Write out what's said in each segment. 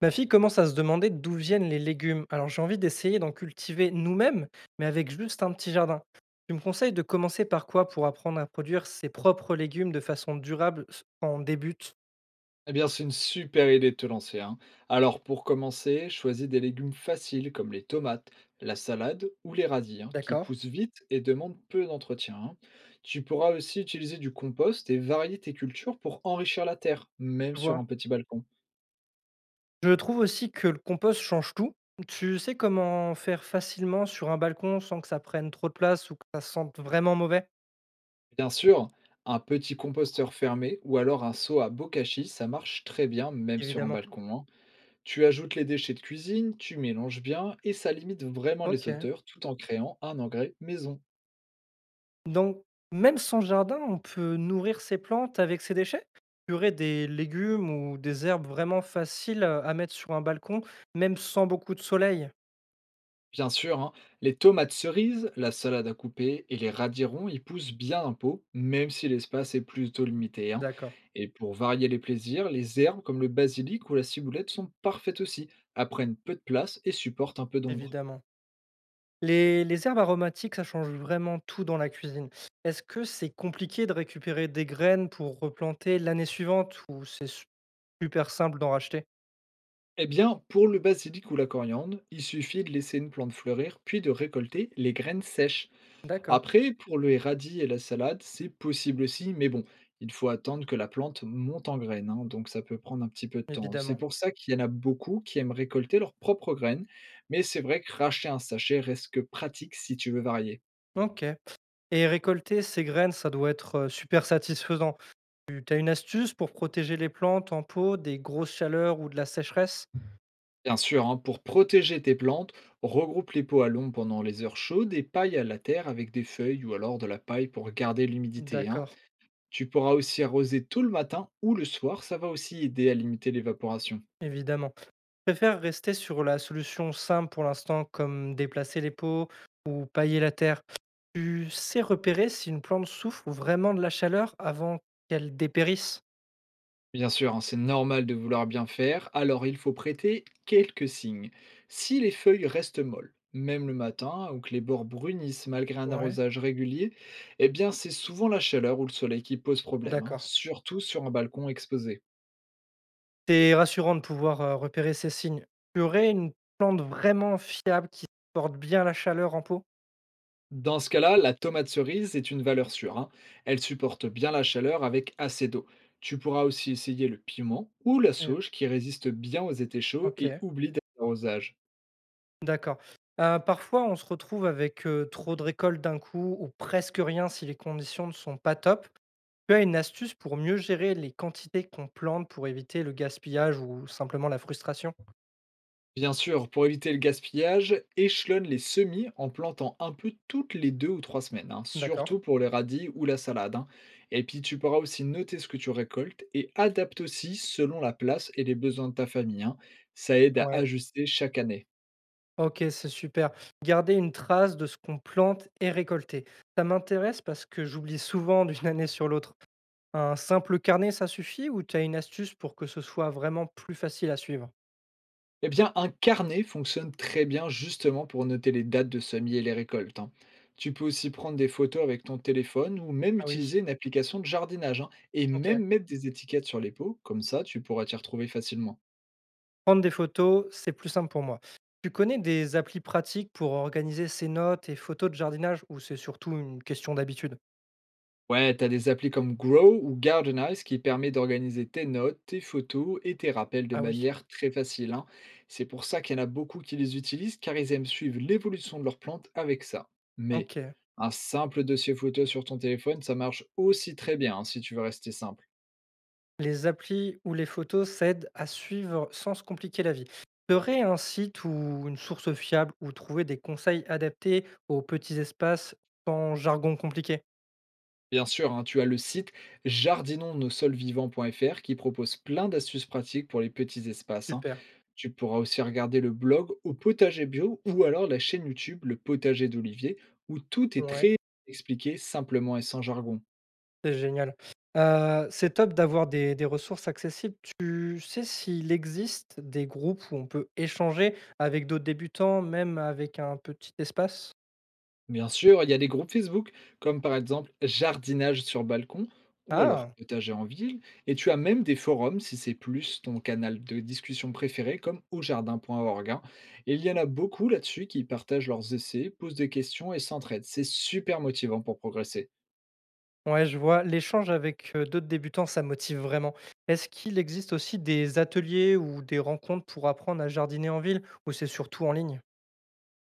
Ma fille commence à se demander d'où viennent les légumes. Alors j'ai envie d'essayer d'en cultiver nous-mêmes, mais avec juste un petit jardin. Tu me conseilles de commencer par quoi pour apprendre à produire ses propres légumes de façon durable quand on débute? Eh bien, c'est une super idée de te lancer, hein. Alors, pour commencer, choisis des légumes faciles comme les tomates, la salade ou les radis, hein, qui D'accord. poussent vite et demandent peu d'entretien, hein. Tu pourras aussi utiliser du compost et varier tes cultures pour enrichir la terre, même Je sur vois. un petit balcon. Je trouve aussi que le compost change tout. Tu sais comment faire facilement sur un balcon sans que ça prenne trop de place ou que ça sente vraiment mauvais? Bien sûr, un petit composteur fermé ou alors un seau à bokashi, ça marche très bien, même sur un Évidemment. balcon, hein. Tu ajoutes les déchets de cuisine, tu mélanges bien et ça limite vraiment les Ok. odeurs tout en créant un engrais maison. Donc, même sans jardin, on peut nourrir ses plantes avec ses déchets? Purée des légumes ou des herbes vraiment faciles, à mettre sur un balcon, même sans beaucoup de soleil? Bien sûr, hein, les tomates cerises, la salade à couper et les radirons y poussent bien un pot, même si l'espace est plutôt limité, hein. D'accord, Et pour varier les plaisirs, les herbes comme le basilic ou la ciboulette sont parfaites aussi, apprennent peu de place et supportent un peu d'ombre. évidemment. Les herbes aromatiques, ça change vraiment tout dans la cuisine. Est-ce que c'est compliqué de récupérer des graines pour replanter l'année suivante ou c'est super simple d'en racheter? Eh bien, pour le basilic ou la coriandre, il suffit de laisser une plante fleurir, puis de récolter les graines sèches. D'accord, Après, pour le radis et la salade, c'est possible aussi, mais bon, il faut attendre que la plante monte en graines, hein, donc ça peut prendre un petit peu de temps. C'est évidemment. pour ça qu'il y en a beaucoup qui aiment récolter leurs propres graines, mais c'est vrai que racheter un sachet reste que pratique si tu veux varier. OK, et récolter ces graines, ça doit être, super satisfaisant. Tu as une astuce pour protéger les plantes en pot des grosses chaleurs ou de la sécheresse? Bien sûr, hein, pour protéger tes plantes, regroupe les pots à l'ombre pendant les heures chaudes et paille à la terre avec des feuilles ou alors de la paille pour garder l'humidité, hein. D'accord, Tu pourras aussi arroser tôt le matin ou le soir, ça va aussi aider à limiter l'évaporation. évidemment. Je préfère rester sur la solution simple pour l'instant, comme déplacer les pots ou pailler la terre. Tu sais repérer si une plante souffre vraiment de la chaleur avant qu'elle dépérisse? Bien sûr, hein, c'est normal de vouloir bien faire, alors il faut prêter quelques signes. Si les feuilles restent molles, même le matin, ou que les bords brunissent malgré un Ouais, arrosage régulier, eh bien c'est souvent la chaleur ou le soleil qui pose problème, hein, d'accord. surtout sur un balcon exposé. C'est rassurant de pouvoir, repérer ces signes. Tu aurais une plante vraiment fiable qui supporte bien la chaleur en pot? Dans ce cas-là, la tomate cerise est une valeur sûre, hein. Elle supporte bien la chaleur avec assez d'eau. Tu pourras aussi essayer le piment ou la Heu, sauge qui résiste bien aux étés chauds et OK. oublie d'arrosage. D'accord. Parfois, on se retrouve avec, trop de récoltes d'un coup ou presque rien si les conditions ne sont pas top. Tu as une astuce pour mieux gérer les quantités qu'on plante pour éviter le gaspillage ou simplement la frustration? Bien sûr, pour éviter le gaspillage, échelonne les semis en plantant un peu toutes les deux ou trois semaines, hein, D'accord. surtout pour les radis ou la salade, hein. Et puis tu pourras aussi noter ce que tu récoltes et adapte aussi selon la place et les besoins de ta famille, hein. Ça aide à Ouais. ajuster chaque année. OK, c'est super. Garder une trace de ce qu'on plante et récolté. Ça m'intéresse parce que j'oublie souvent d'une année sur l'autre. Un simple carnet, ça suffit ou tu as une astuce pour que ce soit vraiment plus facile à suivre? Eh bien, un carnet fonctionne très bien justement pour noter les dates de semis et les récoltes, hein. Tu peux aussi prendre des photos avec ton téléphone ou même Ah oui, utiliser une application de jardinage, hein, et OK. même mettre des étiquettes sur les pots, comme ça tu pourras t'y retrouver facilement. Prendre des photos, c'est plus simple pour moi. Tu connais des applis pratiques pour organiser ses notes et photos de jardinage ou c'est surtout une question d'habitude? Ouais, t'as des applis comme Grow ou Gardenize qui permet d'organiser tes notes, tes photos et tes rappels de Ah oui, manière très facile, hein. C'est pour ça qu'il y en a beaucoup qui les utilisent car ils aiment suivre l'évolution de leurs plantes avec ça. Mais ok. un simple dossier photo sur ton téléphone, ça marche aussi très bien, hein, si tu veux rester simple. Les applis ou les photos s'aident à suivre sans se compliquer la vie. Serait un site ou une source fiable où trouver des conseils adaptés aux petits espaces sans jargon compliqué? Bien sûr, hein, tu as le site jardinonsnosols-vivants.fr qui propose plein d'astuces pratiques pour les petits espaces, hein. Super. Tu pourras aussi regarder le blog Au potager bio ou alors la chaîne YouTube Le potager d'Olivier où tout est Ouais. très expliqué simplement et sans jargon. C'est génial. C'est top d'avoir des ressources accessibles. Tu sais s'il existe des groupes où on peut échanger avec d'autres débutants, même avec un petit espace? Bien sûr, il y a des groupes Facebook, comme par exemple Jardinage sur balcon ou alors Ah! Potager en ville, et tu as même des forums si c'est plus ton canal de discussion préféré, comme aujardin.org, hein. Et il y en a beaucoup là-dessus qui partagent leurs essais, posent des questions et s'entraident. C'est super motivant pour progresser. Ouais, je vois. L'échange avec, d'autres débutants, ça motive vraiment. Est-ce qu'il existe aussi des ateliers ou des rencontres pour apprendre à jardiner en ville, ou c'est surtout en ligne?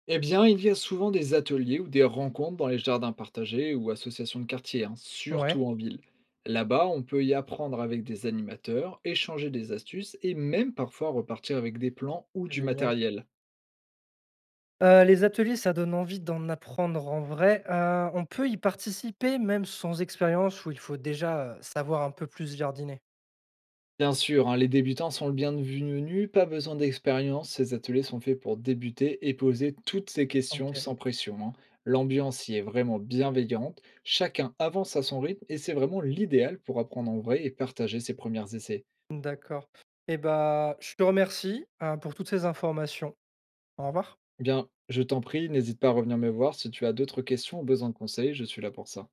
Eh bien, il y a souvent des ateliers ou des rencontres dans les jardins partagés ou associations de quartier, hein, surtout Ouais, en ville. Là-bas, on peut y apprendre avec des animateurs, échanger des astuces et même parfois repartir avec des plans ou du génial. matériel. Les ateliers, ça donne envie d'en apprendre en vrai. On peut y participer même sans expérience où il faut déjà, savoir un peu plus jardiner? Bien sûr, hein, les débutants sont le bienvenu, pas besoin d'expérience, ces ateliers sont faits pour débuter et poser toutes ces questions OK, sans pression, hein. L'ambiance y est vraiment bienveillante, chacun avance à son rythme et c'est vraiment l'idéal pour apprendre en vrai et partager ses premiers essais. d'accord. Et bah, je te remercie, pour toutes ces informations. Au revoir. Eh bien, je t'en prie, n'hésite pas à revenir me voir si tu as d'autres questions ou besoin de conseils, je suis là pour ça.